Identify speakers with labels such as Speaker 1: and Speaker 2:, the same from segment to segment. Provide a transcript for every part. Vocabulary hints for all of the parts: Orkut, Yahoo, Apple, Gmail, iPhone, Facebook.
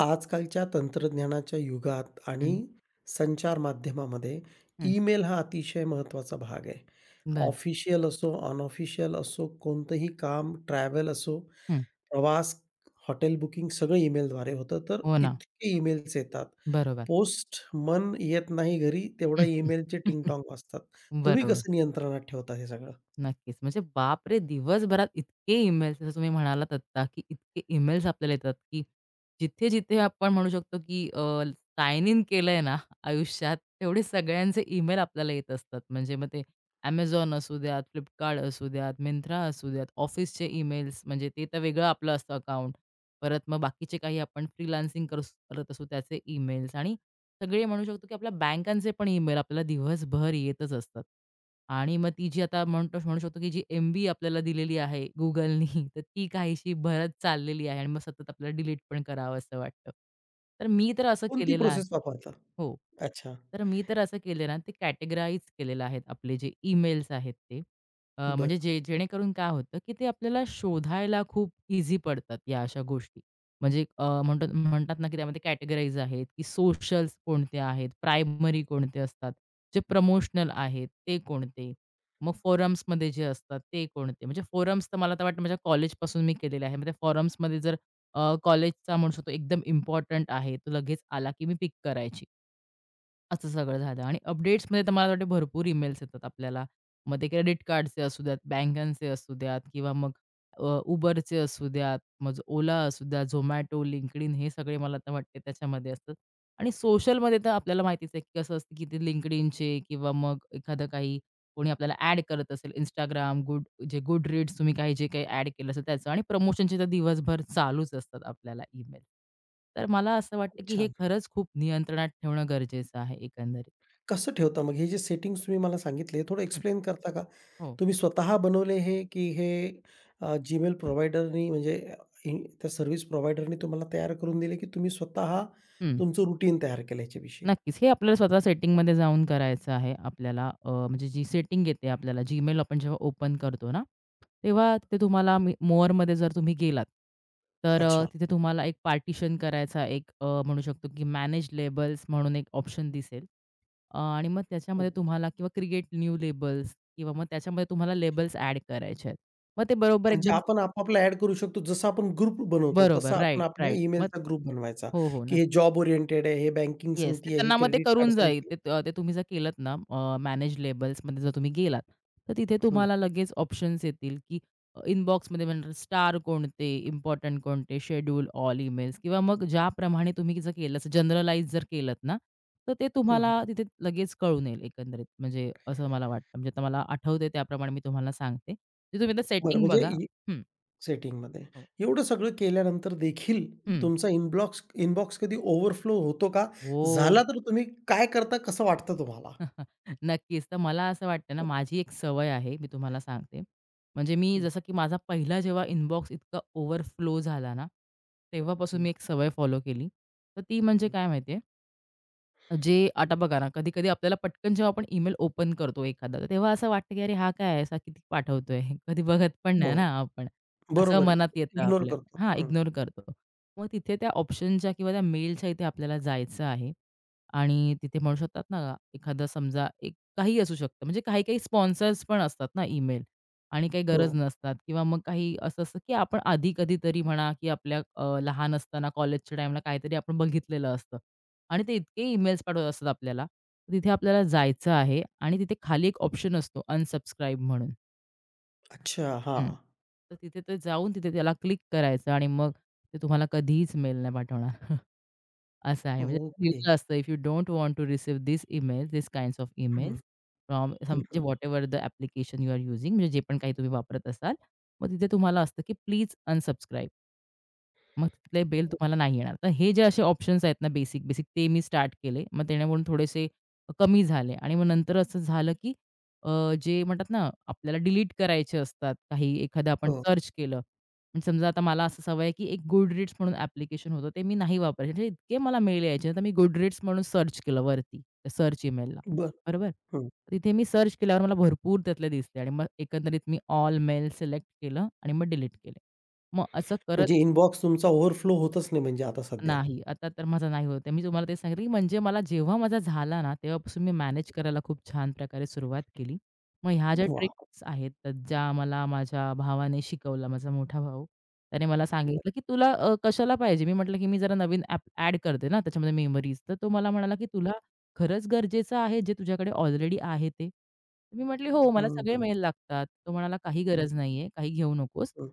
Speaker 1: आजकालच्या तंत्रज्ञानाच्या युगात आणि
Speaker 2: हं,
Speaker 1: संचार माध्यमामध्ये
Speaker 2: हं.
Speaker 1: ईमेल हा अतिशय महत्त्वाचा भाग आहे.
Speaker 2: बरं.
Speaker 1: ऑफिशियल असो, अनऑफिशियल असो, कोणतंही काम, ट्रॅव्हल असो,
Speaker 2: हं.
Speaker 1: प्रवास, हॉटेल बुकिंग सगळं ईमेलद्वारे होतं. तर
Speaker 2: हो ना.
Speaker 1: इतके ईमेल्स येतात.
Speaker 2: बरोबर.
Speaker 1: पोस्ट मन येत नाही घरी तेवढा
Speaker 2: हं, हं.
Speaker 1: ईमेलचे टिंगटॉंग वाजतात. तुम्ही
Speaker 2: बरोबर.
Speaker 1: कसं नियंत्रणात ठेवता हे सगळं?
Speaker 2: नक्कीच. म्हणजे बापरे! दिवसभरात इतके ईमेल्स जसं तुम्ही म्हणालात आत्ता, की इतके ईमेल्स आपल्याला येतात, की जिथे-जिथे आपण म्हणू शकतो, की साइन इन केलंय ना आयुष्यात, तेवढे सगळ्यांचे ईमेल आपल्याला येत असतात. म्हणजे मग ते Amazon असू द्यात, Flipkart असू द्यात, Myntra असू द्यात, ऑफिसचे ईमेल्स म्हणजे ते तर वेगळं आपलं असतं अकाउंट. परत मग बाकीचे काही आपण फ्रीलान्सिंग करत असू त्याचे ईमेल्स आणि सगळे म्हणू शकतो की आपल्या बँकांचे पण ईमेल आपल्याला दिवसभर येतच असतात. आणि मग ती जी आता म्हणू शकतो की जी एम-बी आपल्याला दिलेली आहे Googleनी, तर ती काहीशी भरत चाललेली आहे आणि मग सतत आपल्याला डिलीट पण करावंसं वाटतं. तर मी तर असं
Speaker 1: कोणती
Speaker 2: केलेलं आहे
Speaker 1: प्रोसेस वापरता?
Speaker 2: हो.
Speaker 1: अच्छा.
Speaker 2: तर मी तर असं केलं ना, ते कॅटेगराईज केलेलं आहेत आपले जे ईमेल्स आहेत ते. म्हणजे
Speaker 1: बरं.
Speaker 2: जे जेणेकरून काय होतं, की ते आपल्याला शोधायला खूप इझी पडतात या अशा गोष्टी. म्हणजे म्हणतात ना, की त्यामध्ये कॅटेगराईज आहेत, की सोशल्स कोणते आहेत, प्रायमरी कोणते असतात, जे प्रमोशनल आहेत ते कोणते, मग फोरम्समध्ये जे असतात ते कोणते. म्हणजे फोरम्स तर मला तर वाटतं माझ्या कॉलेजपासून मी केलेले आहे. मग त्या फोरम्समध्ये जर कॉलेजचा म्हणू शकतो एकदम इम्पॉर्टंट आहे, तो लगेच आला की मी पिक करायची. असं सगळं झालं आणि अपडेट्समध्ये तर मला वाटतं भरपूर ईमेल्स येतात आपल्याला. मग ते क्रेडिट कार्डचे असू द्यात, बँकांचे असू द्यात किंवा मग अ, असू द्यात, मग Ola असू द्या, Zomato, LinkedIn हे सगळे मला तर वाटते त्याच्यामध्ये असतात. आणि सोशलमध्ये तर आपल्याला माहितीच आहे की कसं असतं की ते LinkedInचे किंवा मग एखादं काही कोणी आपल्याला ॲड करत असेल Instagram, जे गुड रीड्स तुम्ही काही जे काही ॲड केलं असेल त्याचं आणि प्रमोशनचे तर दिवसभर चालूच असतात आपल्याला ईमेल. तर मला असं
Speaker 1: खूप
Speaker 2: वाटतं, की हे
Speaker 1: छान.
Speaker 2: खरंच खूप नियंत्रणात ठेवणं गरजेचं आहे एकंदरीत.
Speaker 1: कसं ठेवता मग हे जे सेटिंग्स तुम्ही मला सांगितले, थोडं
Speaker 2: हं.
Speaker 1: एक्सप्लेन करता का?
Speaker 2: हो.
Speaker 1: तुम्ही स्वतः बनवले हे, की हे Gmail प्रोव्हायडरनी म्हणजे इन त्या सर्व्हिस प्रोव्हायडरनी तुम्हाला तयार करून दिले, की तुम्ही स्वतः तुमचं रुटीन तयार केलं याच्याविषयी?
Speaker 2: नक्कीच. हे आपल्याला स्वतः सेटिंगमध्ये जाऊन करायचं आहे आपल्याला. म्हणजे जी सेटिंग येते आपल्याला Gmail आपण जेव्हा ओपन करतो ना, तेव्हा तिथे तुम्हाला मी मोअरमध्ये जर तुम्ही गेलात, तर
Speaker 1: अच्छा,
Speaker 2: तिथे तुम्हाला एक पार्टिशन करायचा एक म्हणू शकतो की मॅनेज लेबल्स म्हणून एक ऑप्शन दिसेल. आणि मग त्याच्यामध्ये
Speaker 1: ओके.
Speaker 2: तुम्हाला किंवा क्रिएट न्यू लेबल्स किंवा मग त्याच्यामध्ये तुम्हाला लेबल्स ॲड करायचे आहेत. मग ते बरोबर
Speaker 1: म्हणजे
Speaker 2: एकदम
Speaker 1: आपण आपापला ॲड करू शकतो. जसं आपण ग्रुप बनवतो,
Speaker 2: बरोबर.
Speaker 1: तसा आपण
Speaker 2: राइट,
Speaker 1: आपल्या
Speaker 2: राइट. मग
Speaker 1: ईमेलचा ग्रुप बनवायचा,
Speaker 2: हो, हो.
Speaker 1: की हे जॉब ओरिएंटेड आहे, हे बँकिंग
Speaker 2: येस. ते
Speaker 1: संगती आहे, हे
Speaker 2: त्यांना मग ते
Speaker 1: क्रेडिट कार्ड
Speaker 2: करून जाईल.
Speaker 1: संगती आहे.
Speaker 2: ते ते तुम्ही जर केलत ना मॅनेज लेबल्समध्ये जर तुम्ही गेलात, तर तिथे
Speaker 1: हं,
Speaker 2: तुम्हाला लगेच ऑप्शन्स येतील, की इनबॉक्समध्ये म्हणणार स्टार कोणते, इम्पोर्टंट कोणते, शेड्यूल ऑल ईमेल्स किंवा मग ज्याप्रमाणे तुम्ही जर केलं, जनरलाइज जर केलत ना, तर ते
Speaker 1: हं, हं.
Speaker 2: तुम्हाला तिथे लगेच कळून येईल एकंदरीत. म्हणजे असं मला वाटतं. म्हणजे आता मला आठवतंय त्याप्रमाणे मी तुम्हाला सांगते. ते तुम्ही आता
Speaker 1: बरं
Speaker 2: सेटिंग
Speaker 1: म्हणजे
Speaker 2: बघा. हं.
Speaker 1: सेटिंगमध्ये.
Speaker 2: हो.
Speaker 1: एवढं सगळं केल्यानंतर देखील
Speaker 2: हं.
Speaker 1: तुमचा इनबॉक्स कधी ओव्हरफ्लो होतो का?
Speaker 2: हो.
Speaker 1: झाला तर तुम्ही काय करता? कसं वाटतं तुम्हाला?
Speaker 2: नक्कीच. तर मला असं वाटतं ना, माझी एक सवय आहे, मी तुम्हाला सांगते. म्हणजे मी
Speaker 1: हं,
Speaker 2: जसं की माझा पहिला जेव्हा इनबॉक्स इतका ओव्हरफ्लो झाला ना, तेव्हापासून
Speaker 1: हं,
Speaker 2: मी एक सवय फॉलो केली. तर ती म्हणजे
Speaker 1: हं.
Speaker 2: काय माहिती आहे? जे आता बघा ना, कधी-कधी आपल्याला पटकन जेव्हा आपण ईमेल ओपन करतो एखादा, तर तेव्हा असं वाटतं, की "अरे, हा काय आहे, असा किती पाठवतोय?" कधी बघत पण
Speaker 1: हो,
Speaker 2: नाही ना आपण. असं
Speaker 1: बरोबर आहे.
Speaker 2: मनात येतं
Speaker 1: इग्नोर
Speaker 2: आपल्या
Speaker 1: करतो.
Speaker 2: हां,
Speaker 1: हं.
Speaker 2: इग्नोर करतो. मग तिथे त्या ऑप्शनच्या किंवा त्या मेलच्या इथे आपल्याला जायचं आहे आणि तिथे म्हणू शकतात ना, एखादा समजा एक काहीही असू शकतं. म्हणजे काही-काही स्पॉन्सर्स पण असतात ना ईमेल आणि काही
Speaker 1: हो.
Speaker 2: गरज नसतात किंवा मग काही असं असतं, की आपण आधी कधीतरी म्हणा, की आपल्या लहान असताना कॉलेजच्या टाईमला काहीतरी आपण बघितलेलं असतं. आणि ते इतके ईमेल्स पाठवत असतात आपल्याला. तिथे आपल्याला जायचं आहे आणि तिथे खाली एक ऑप्शन असतो अनसबस्क्राईब म्हणून.
Speaker 1: अच्छा.
Speaker 2: हं.
Speaker 1: हां.
Speaker 2: तर तिथे ते जाऊन तिथे त्याला क्लिक करायचं आणि मग ते तुम्हाला कधीच मेल नाही पाठवणार. असं आहे. म्हणजे
Speaker 1: ओके.
Speaker 2: लिहिलेलं असतं if you don't want to receive this email, this kinds of
Speaker 1: hmm,
Speaker 2: emails
Speaker 1: hmm,
Speaker 2: from some म्हणजे
Speaker 1: hmm.
Speaker 2: Whatever the application you are using म्हणजे जे पण काही तुम्ही वापरत असाल. मग तिथे तुम्हाला असतं की प्लीज अनसबस्क्राईब. मग तिथले बेल तुम्हाला नाही येणार. तर हे जे असे ऑप्शन्स आहेत ना बेसिक, बेसिक ते मी स्टार्ट केले. मग त्यामुळे थोडेसे कमी झाले आणि मग नंतर असं झालं, की जे म्हणतात ना आपल्याला डिलीट करायचे असतात काही एखादं आपण
Speaker 1: हो.
Speaker 2: सर्च केलं. म्हणजे समजा आता मला असं सवय आहे, की एक Goodreads म्हणून ॲप्लिकेशन होतं ते मी नाही वापरायचे. म्हणजे इतके मला मेल यायचे तर मी Goodreads म्हणून सर्च केलं वरती, सर्च इमेलला.
Speaker 1: बरं.
Speaker 2: बरोबर?
Speaker 1: हं.
Speaker 2: तिथे मी सर्च केल्यावर मला भरपूर त्यातले दिसले आणि मग एकंदरीत मी ऑल मेल सिलेक्ट केलं आणि मग डिलीट केले. मग असं करत
Speaker 1: म्हणजे इनबॉक्स तुमचा ओव्हरफ्लो होतच नाही म्हणजे आता सध्या.
Speaker 2: नाही, आता तर माझा नाही होत आहे. मी तुम्हाला तेच सांगितलं, की म्हणजे मला जेव्हा माझा झाला ना, तेव्हापासून मी मॅनेज करायला खूप छान प्रकारे सुरुवात केली. मग ह्या ज्या
Speaker 1: वाह!
Speaker 2: ट्रिक्स आहेत, तर ज्या मला माझ्या भावाने शिकवला, माझा मोठा भाऊ. त्याने मला
Speaker 1: बरं.
Speaker 2: सांगितलं, की "तुला कशाला पाहिजे?" मी म्हटलं, की "मी जरा नवीन ॲप ॲड करते ना, त्याच्यामध्ये मेमरीज." तर तो मला म्हणाला, की "तुला खरंच गरजेचं आहे, जे तुझ्याकडे ऑलरेडी आहे ते?" मी म्हटली, "हो, मला
Speaker 1: हं,
Speaker 2: सगळे
Speaker 1: हं,
Speaker 2: मेल लागतात." तो म्हणाला, "काही
Speaker 1: हं,
Speaker 2: गरज नाहीये, काही घेऊ नकोस.
Speaker 1: हं.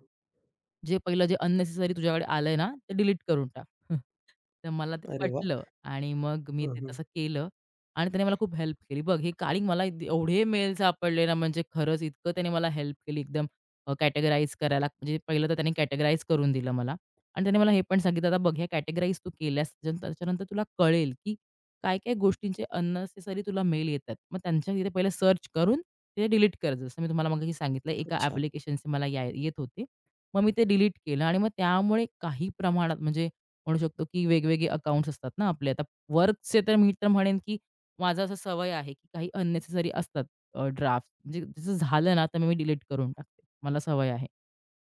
Speaker 2: जे पहिलं जे अननेसेसरी तुझ्याकडे आलंय ना, ते डिलीट करून टाक." तर मला ते
Speaker 1: अरे वाह!
Speaker 2: पटलं आणि मग मी
Speaker 1: हं,
Speaker 2: ते
Speaker 1: हं.
Speaker 2: तसं केलं आणि त्याने मला खूप हेल्प केली. बघ हे काळिंग मला एवढे मेल सापडले ना, म्हणजे खरंच इतकं त्याने मला हेल्प केली एकदम कॅटेगराईज करायला. म्हणजे पहिलं तर त्याने कॅटेगराईज करून दिलं मला आणि त्याने मला हे पण सांगितलं, "आता बघ, ह्या कॅटेगराईज तू केल्यास त्याच्यानंतर त्याच्यानंतर तुला कळेल, की काय-काय गोष्टींचे अननेसेसरी तुला मेल येतात. मग त्यांच्या तिथे पहिलं सर्च करून ते डिलीट कर." जसं मी तुम्हाला मगाशी सांगितलं, एका
Speaker 1: अच्छा.
Speaker 2: ॲप्लिकेशनचे मला येत होते. मग मी ते डिलीट केलं आणि मग त्यामुळे काही प्रमाणात म्हणजे म्हणू शकतो, की वेगवेगळे अकाउंट्स असतात ना आपले. आता वर्कचे तर मी तर म्हणेन, की माझं असं सवय आहे, की काही अननेसेसरी असतात ड्राफ्ट्स म्हणजे जसं झालं ना, तर मग मी डिलीट करून टाकते. मला सवय आहे.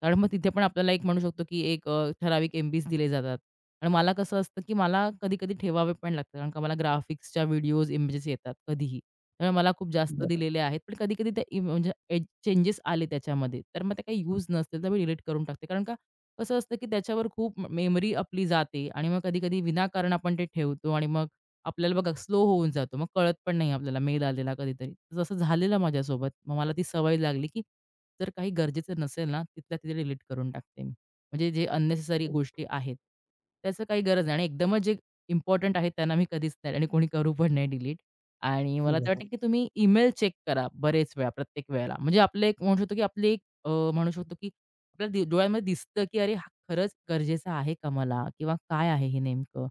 Speaker 2: कारण मग तिथे पण आपल्याला एक म्हणू शकतो, की एक ठराविक एमबीज दिले जातात. आणि मला कसं असतं, की मला कधी-कधी ठेवावे पण लागतात. कारण का मला ग्राफिक्सच्या व्हिडिओज, इमेजेस येतात कधीही. त्यामुळे मला खूप जास्त
Speaker 1: बरं.
Speaker 2: दिलेले आहेत. पण कधी-कधी ते म्हणजे चेंजेस आले त्याच्यामध्ये, तर मग ते काही यूज नसतील, तर मी डिलीट करून टाकते. कारण कसं असतं, की त्याच्यावर खूप मेमरी आपली जाते आणि मग कधी-कधी विनाकारण आपण ते ठेवतो आणि मग आपल्याला बघा स्लो होऊन जातो. मग कळत पण नाही आपल्याला मेल आलेला कधीतरी. जसं झालेलं माझ्यासोबत. मग मला ती सवय लागली, की जर काही गरजेचं नसेल ना, तिथल्या तिथे डिलीट करून टाकते मी. म्हणजे जे अननेसेसरी गोष्टी आहेत, त्याचं काही गरज नाही आणि एकदमच जे इम्पोर्टंट आहेत त्यांना मी कधीच नाही आणि कोणी करू पण नाही डिलीट. आणि मला तर वाटतं,
Speaker 1: बरं.
Speaker 2: की तुम्ही ईमेल चेक करा बरेच वेळा, प्रत्येक वेळेला. म्हणजे आपलं एक म्हणू शकतो, की आपली एक अ, म्हणू शकतो, की आपल्या डोळ्यांमध्ये दिसतं, की अरे, हा खरंच गरजेचं आहे का मला? किंवा काय आहे हे नेमकं?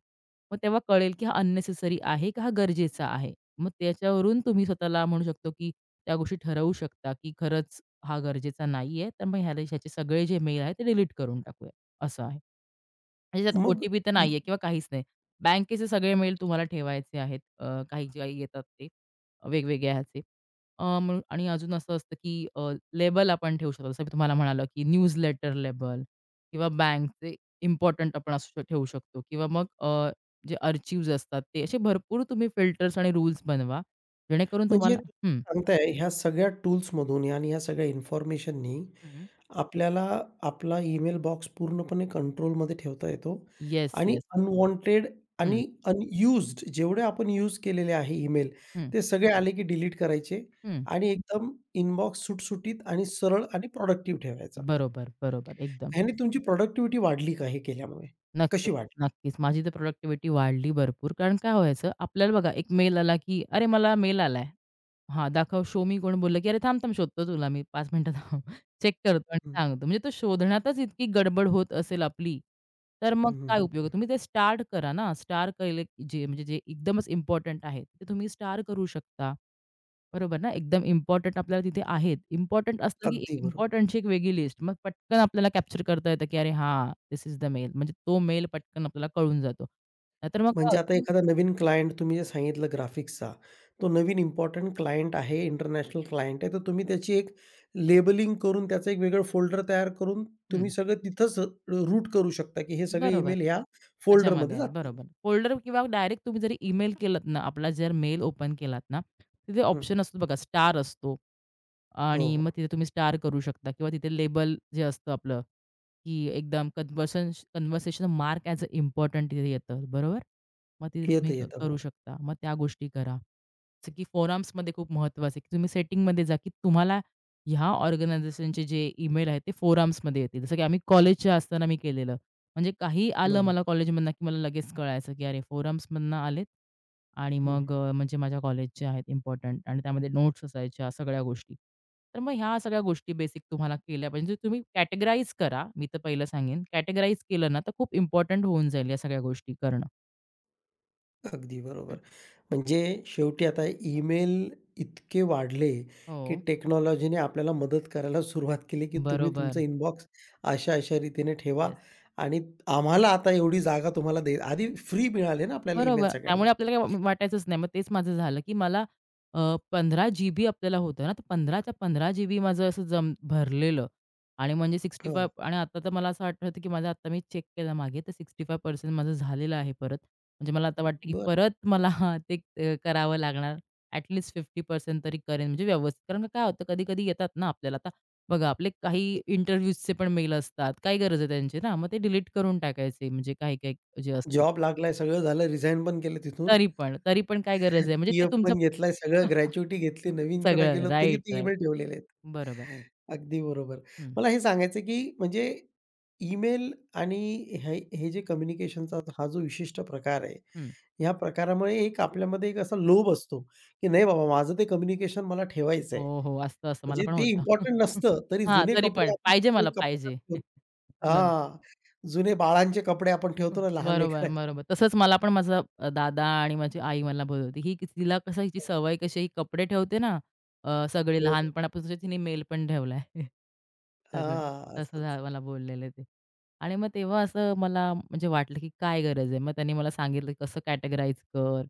Speaker 2: मग तेव्हा कळेल, की हा अननेसेसरी आहे का हा गरजेचा आहे? मग त्याच्यावरून तुम्ही स्वतःला म्हणू शकतो, की त्या गोष्टी ठरवू शकता, की खरंच हा गरजेचा नाहीये. तर मग ह्याला ह्याचे सगळे जे मेल आहेत ते डिलीट करून टाकूया, असं आहे. म्हणजे त्यात
Speaker 1: मग
Speaker 2: ओ-टी-पी तर
Speaker 1: इ
Speaker 2: नाहीये किंवा काहीच नाही. बँकेचे सगळे मेल तुम्हाला ठेवायचे आहेत. काही जे काही येतात ते वेगवेगळ्या ह्याचे. म्हणून आणि अजून असं असतं, की लेबल आपण ठेवू शकतो. जसं मी तुम्हाला म्हणालो, की न्यूजलेटर लेबल किंवा बँकचे इम्पोर्टंट आपण असं ठेवू शकतो किंवा मग जे आर्चिव्हज असतात ते असे भरपूर तुम्ही फिल्टर्स आणि रूल्स बनवा. जेणेकरून
Speaker 1: म्हणजे
Speaker 2: तुम्हाला
Speaker 1: तुम्ही सांगताय ह्या सगळ्या टूल्समधून आणि ह्या सगळ्या इन्फॉर्मेशननी आपल्याला आपला ईमेल बॉक्स पूर्णपणे कंट्रोलमध्ये ठेवता येतो
Speaker 2: येस,
Speaker 1: आणि
Speaker 2: येस.
Speaker 1: अनवॉन्टेड आणि अनयुज्ड जेवढे आपण यूज केलेले आहे ईमेल, ते सगळे आले की डिलीट करायचे आणि एकदम इनबॉक्स सुटसुटीत आणि सरळ आणि प्रॉडक्टिव्ह ठेवायचा.
Speaker 2: बरोबर, बरोबर. एकदम.
Speaker 1: ह्याने तुमची प्रॉडक्टिव्हिटी वाढली का हे केल्यामुळे?
Speaker 2: नक्कीच,
Speaker 1: कशी वाढली?
Speaker 2: नक्कीच. माझी तर प्रोडक्टिव्हिटी वाढली भरपूर. कारण काय व्हायचं, आपल्याला बघा एक मेल आला, की "अरे, मला मेल आलाय." हां, शो मी कोण बोललं, की "अरे, थांब-थांब शोधतो तुला मी 5 मिनिटं थांब. चेक करतो आणि
Speaker 1: हं.
Speaker 2: सांगतो." म्हणजे तो शोधण्यातच इतकी गडबड होत असेल आपली, तर मग
Speaker 1: हं,
Speaker 2: काय
Speaker 1: हं,
Speaker 2: उपयोग आहे.
Speaker 1: हं.
Speaker 2: तुम्ही ते स्टार्ट करा ना. स्टार केले की जे म्हणजे जे एकदमच इम्पोर्टंट आहे, ते तुम्ही स्टार करू शकता. बरोबर ना? एकदम इम्पोर्टंट आपल्याला तिथे आहेत. इम्पोर्टंट असलं की एक
Speaker 1: अगदी बरोबर.
Speaker 2: इम्पोर्टंटची एक वेगळी लिस्ट. मग पटकन आपल्याला कॅप्चर करता येतं की अरे हा धिस इज द मेल. म्हणजे तो मेल पटकन आपल्याला कळून जातो. नाहीतर मग काय
Speaker 1: म्हणजे आता
Speaker 2: होतं
Speaker 1: एखादा नवीन क्लायंट तुम्ही जे सांगितलं ग्राफिक्सचा, तो नवीन इम्पोर्टंट क्लायंट आहे, इंटरनॅशनल क्लायंट आहे, तर तुम्ही त्याची एक लेबलिंग करून त्याचं एक वेगळं फोल्डर तयार करून
Speaker 2: हं,
Speaker 1: तुम्ही सगळं तिथंच रूट करू शकता, की हे सगळे
Speaker 2: बरोबर.
Speaker 1: ईमेल ह्या
Speaker 2: त्याच्यामध्ये
Speaker 1: फोल्डरमध्ये
Speaker 2: आहेत,
Speaker 1: जातील.
Speaker 2: बरोबर. फोल्डर किंवा डायरेक्ट तुम्ही जरी ईमेल केलात ना, आपला जर मेल ओपन केलात ना, तिथे
Speaker 1: हं.
Speaker 2: ऑप्शन असतो बघा, स्टार असतो
Speaker 1: हो,
Speaker 2: आणि
Speaker 1: हो.
Speaker 2: मग तिथे तुम्ही स्टार करू शकता किंवा तिथे लेबल जे असतं आपलं, की एकदम conversation mark as a important तिथे येतं, बरोबर? मग तिथे तुम्ही
Speaker 1: येतं,
Speaker 2: क
Speaker 1: येतं.
Speaker 2: करू
Speaker 1: हो.
Speaker 2: शकता. मग त्या गोष्टी करा. जसं की फोरम्समध्ये खूप महत्त्वाचं आहे, की तुम्ही सेटिंगमध्ये जा, की तुम्हाला ह्या ऑर्गनायझेशनचे जे ईमेल आहेत ते फोरम्समध्ये येतील. जसं की आम्ही कॉलेजच्या असताना मी केलेलं. म्हणजे काही आलं
Speaker 1: बरोबर.
Speaker 2: मला कॉलेजमधनं, की मला लगेच कळायचं, की अरे फोरम्समधनं आलेत आणि
Speaker 1: हं.
Speaker 2: मग म्हणजे माझ्या कॉलेजचे आहेत इम्पोर्टंट आणि त्यामध्ये नोट्स असायच्या सगळ्या गोष्टी. तर मग ह्या सगळ्या गोष्टी बेसिक तुम्हाला केल्या पाहिजे. म्हणजे तुम्ही कॅटेगराईज करा. मी तर पहिलं सांगेन कॅटेगराईज केलं ना, तर खूप इम्पोर्टंट होऊन जाईल या सगळ्या गोष्टी करणं.
Speaker 1: अगदी बरोबर.
Speaker 2: हं.
Speaker 1: म्हणजे शेवटी आता ईमेल इतके वाढले, की
Speaker 2: हो.
Speaker 1: टेक्नॉलॉजीने आपल्याला मदत करायला सुरुवात केली, की तुम्ही तुमचं
Speaker 2: बरोबर.
Speaker 1: इनबॉक्स अशा-अशा रीतीने ठेवा
Speaker 2: येस.
Speaker 1: आणि आम्हाला आता एवढी जागा तुम्हाला दे आधी फ्री मिळाले ना आपल्याला ईमेल
Speaker 2: बरोबर.
Speaker 1: सगळ्यांना.
Speaker 2: त्यामुळे आपल्याला काय वाटायचंच नाही. मग तेच माझं झालं, की मला अ, 15 जीबी आपल्याला होतं ना, तर 15च्या 15 जीबी माझं असं जम भरलेलं आणि म्हणजे 65
Speaker 1: हो,
Speaker 2: आणि आता तर मला असं आठवतं, की माझं आता मी चेक केलं मागे तर 65% माझं झालेलं आहे परत. म्हणजे मला आता वाटतं, की
Speaker 1: बरं.
Speaker 2: परत मला हा ते करावं लागणार. ॲट लीस्ट 50% तरी करेन म्हणजे व्यवस्थित. कारण का काय होतं कधी-कधी येतात ना आपल्याला आता बघा आपले काही इंटरव्ह्यूजचे पण मेल असतात. काय गरज आहे त्यांची ना, मग ते डिलीट करून टाकायचे म्हणजे काही-काही जे असतात.
Speaker 1: जॉब लागलाय, सगळं झालं, रिझाइन पण केलं तिथून.
Speaker 2: तरी पण काय गरज आहे म्हणजे ते
Speaker 1: पी-एफ
Speaker 2: तुमचं
Speaker 1: पण घेतलाय, सगळं ग्रॅच्युइटी घेतली, नवीनकडे
Speaker 2: सगळं
Speaker 1: गेलो तरी
Speaker 2: राइट,
Speaker 1: ते
Speaker 2: राइट.
Speaker 1: ईमेल ठेवलेले आहेत.
Speaker 2: बरोबर.
Speaker 1: अगदी बरोबर.
Speaker 2: हं,
Speaker 1: मला हे सांगायचं आहे, की म्हणजे ईमेल आणि हे हे जे कम्युनिकेशनचा हा जो विशिष्ट प्रकार आहे,
Speaker 2: हं.
Speaker 1: ह्या प्रकारामुळे एक आपल्यामध्ये एक असा लोभ असतो, की नाही बाबा माझं ते कम्युनिकेशन मला ठेवायचं आहे.
Speaker 2: हो, हो. असतं असं मला
Speaker 1: म्हणजे
Speaker 2: पण
Speaker 1: ते
Speaker 2: होतं.
Speaker 1: इम्पोर्टंट नसतं, तरी
Speaker 2: हां,
Speaker 1: जुने
Speaker 2: तरी
Speaker 1: कपडे
Speaker 2: पण
Speaker 1: आपण
Speaker 2: पाहिजे
Speaker 1: कसे
Speaker 2: मला,
Speaker 1: कपाटात
Speaker 2: पाहिजे.
Speaker 1: ठेवतो.
Speaker 2: बरं.
Speaker 1: हां. जुने बाळांचे कपडे आपण
Speaker 2: हं,
Speaker 1: ठेवतो ना लहान
Speaker 2: बरोबर,
Speaker 1: लेकरांचे.
Speaker 2: बरोबर. तसंच मला पण माझा दादा आणि माझी आई मला बोलवते. ही तिला कसं हिची सवय कशी ही कपडे ठेवते ना, सगळे
Speaker 1: हो.
Speaker 2: लहानपणापासून तिने मेल पण ठेवलाय. सगळं
Speaker 1: हां,
Speaker 2: तसं
Speaker 1: असंच.
Speaker 2: मला बोललेले ते. आणि मग तेव्हा असं मला म्हणजे वाटलं, की काय गरज आहे. मग त्यांनी मला सांगितलं, की कसं कॅटेगराईज कर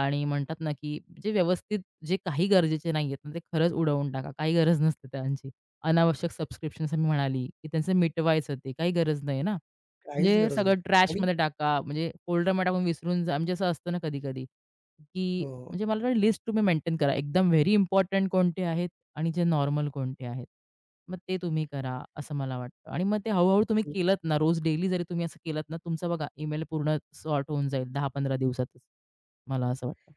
Speaker 2: आणि म्हणतात ना, की जे व्यवस्थित जे काही गरजेचे नाहीयेत ना, ते खरंच उडवून टाका. काही गरज नसते त्यांची. अनावश्यक सबस्क्रिप्शन्स मी म्हणाली, की त्यांचं मिटवायचं ते काही गरज नाही ना.
Speaker 1: काहीच
Speaker 2: म्हणजे
Speaker 1: गरज नाही.
Speaker 2: सगळं
Speaker 1: आणि
Speaker 2: ट्रॅशमध्ये टाका, म्हणजे फोल्डरमध्ये टाकून विसरून जा. म्हणजे असं असतं ना कधी-कधी, की
Speaker 1: हो,
Speaker 2: म्हणजे मला वाटतं लिस्ट तुम्ही मेंटेन करा. एकदम व्हेरी इम्पोर्टंट कोणते आहेत आणि जे नॉर्मल कोणते आहेत. मग ते तुम्ही करा, असं मला वाटतं. आणि मग ते हळू तुम्ही केलत ना, रोज डेली जरी तुम्ही असं केलत ना, तुमचा बघा ईमेल पूर्ण सॉर्ट होऊन जाईल 10-15 दिवसातच. मला असं वाटतं.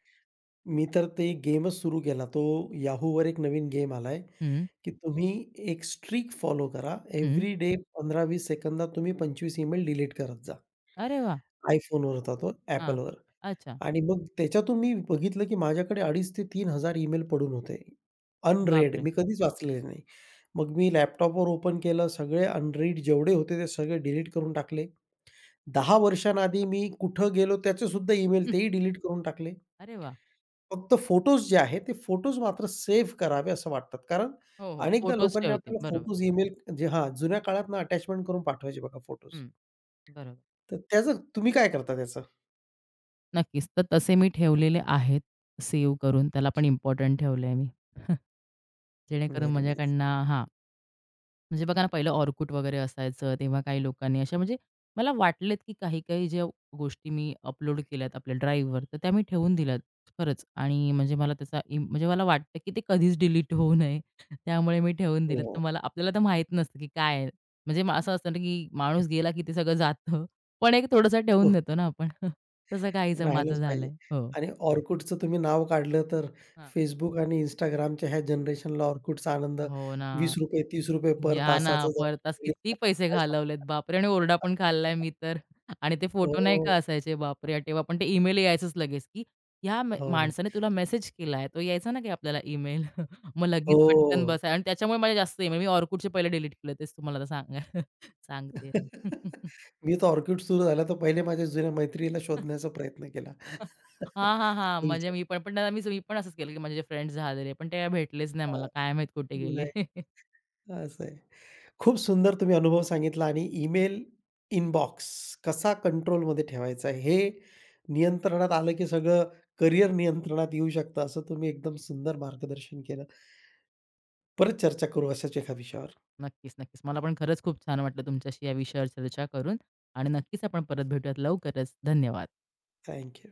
Speaker 1: मी तर ते गेमच सुरू केला. तो Yahooवर एक नवीन गेम आलाय.
Speaker 2: हं,
Speaker 1: की तुम्ही एक स्ट्रीक फॉलो करा.
Speaker 2: हं.
Speaker 1: एव्हरी डे 15-20 सेकंदात तुम्ही 25 ईमेल डिलीट करत जा.
Speaker 2: अरे वाह!
Speaker 1: iPhoneवर होता तो,
Speaker 2: हां.
Speaker 1: Appleवर.
Speaker 2: अच्छा.
Speaker 1: आणि मग त्याच्यातून मी बघितलं की माझ्याकडे 2,500 ते 3,000 ईमेल पडून होते. अनरीड
Speaker 2: बापरे!
Speaker 1: मी कधीच वाचलेले नाही. मग मी लॅपटॉपवर ओपन केलं, सगळे अनरीड जेवढे होते ते सगळे डिलीट करून टाकले. 10 वर्षांआधी मी कुठं गेलो त्याचे सुद्धा ईमेल
Speaker 2: हं.
Speaker 1: तेही डिलीट करून टाकले.
Speaker 2: अरे वाह!
Speaker 1: फक्त फोटोज जे आहेत, ते फोटोज मात्र सेव्ह करावे असं वाटतात. कारण
Speaker 2: हो, हो.
Speaker 1: अनेकदा
Speaker 2: फोटोज
Speaker 1: लोकांनी
Speaker 2: ठेवते.
Speaker 1: आपल्याला
Speaker 2: बरोबर.
Speaker 1: फोटोज ईमेल जे हां, जुन्या काळात ना अटॅचमेंट करून पाठवायचे बघा फोटोज.
Speaker 2: हं. बरोबर.
Speaker 1: तर त्याचं तुम्ही काय करता त्याचं?
Speaker 2: नक्कीच. तर तसे मी ठेवलेले आहेत सेव्ह करून. त्याला पण इम्पोर्टंट ठेवलं आहे मी. जेणेकरून
Speaker 1: व्हेरी नाईस.
Speaker 2: माझ्याकडनं हां, म्हणजे बघा ना पहिलं Orkut वगैरे असायचं. तेव्हा काही लोकांनी अशा म्हणजे मला वाटलेत, की काही-काही ज्या गोष्टी मी अपलोड केल्यात आपल्या ड्राईव्हवर, तर त्या मी ठेवून दिल्यात खरंच. आणि म्हणजे मला त्याचा म्हणजे मला वाटतं, की ते कधीच डिलीट होऊ नये. त्यामुळे मी ठेवून दिलेत. तर
Speaker 1: हो.
Speaker 2: मला आपल्याला तर माहीत नसतं, की काय आहे? म्हणजे मग असं असतं ना, की माणूस गेला, की ते सगळं जातं. पण एक थोडंसं ठेवून
Speaker 1: हो,
Speaker 2: देतो ना आपण. तसं काहीसं
Speaker 1: राहिलंच
Speaker 2: माझं
Speaker 1: पाहिजे.
Speaker 2: झालंय. हो.
Speaker 1: आणि Orkutचं तुम्ही नाव काढलं तर
Speaker 2: हां.
Speaker 1: Facebook आणि Instagramच्या ह्या जनरेशनला Orkutचा आनंद
Speaker 2: हो ना.
Speaker 1: ₹20, ₹30 पर
Speaker 2: या ना,
Speaker 1: तासाचा जर
Speaker 2: परतास किती पैसे
Speaker 1: काय
Speaker 2: घालवलेत
Speaker 1: संपता.
Speaker 2: बापरे! आणि ओरडा पण खाल्लाय मी तर. आणि ते फोटो नाही का
Speaker 1: हो,
Speaker 2: असायचे बापरे! तेव्हा पण ते ईमेल यायचंच लगेच, की "या म
Speaker 1: हो ना.
Speaker 2: माणसाने तुला मेसेज केलाय." तो यायचा ना, की आपल्याला ईमेल. मग लगेच पटकन
Speaker 1: हो.
Speaker 2: बसाय आणि त्याच्यामुळे माझे जास्त ईमेल मी Orkutचे पहिले डिलीट केले. तेच तुम्हाला आता सांगा सांगते.
Speaker 1: मी तर ऑर्किड सुरू झाला, तर पहिले माझ्या जुन्या मैत्रिणीला शोधण्याचा प्रयत्न केला.
Speaker 2: हां, हां, हां. म्हणजे
Speaker 1: स्कूलच्या.
Speaker 2: मी पण पण त्याला मी मी पण असंच केलं, की माझे फ्रेंड्स झालेले, पण ते काय भेटलेच नाही
Speaker 1: हां,
Speaker 2: मला. काय माहीत कुठे गेले.
Speaker 1: नाही असं आहे. खूप सुंदर तुम्ही अनुभव सांगितला आणि ईमेल इनबॉक्स कसा कंट्रोलमध्ये ठेवायचा हे नियंत्रणात आलं, की सगळं करिअर नियंत्रणात येऊ शकतं, असं तुम्ही एकदम सुंदर मार्गदर्शन केलं. परत चर्चा करू अशाच एका विषयावर.
Speaker 2: नक्कीच, नक्कीच. मला पण खरंच खूप छान वाटलं तुमच्याशी या विषयावर चर्चा करून आणि नक्कीच आपण परत भेटूयात लवकरच. धन्यवाद.
Speaker 1: Thank you.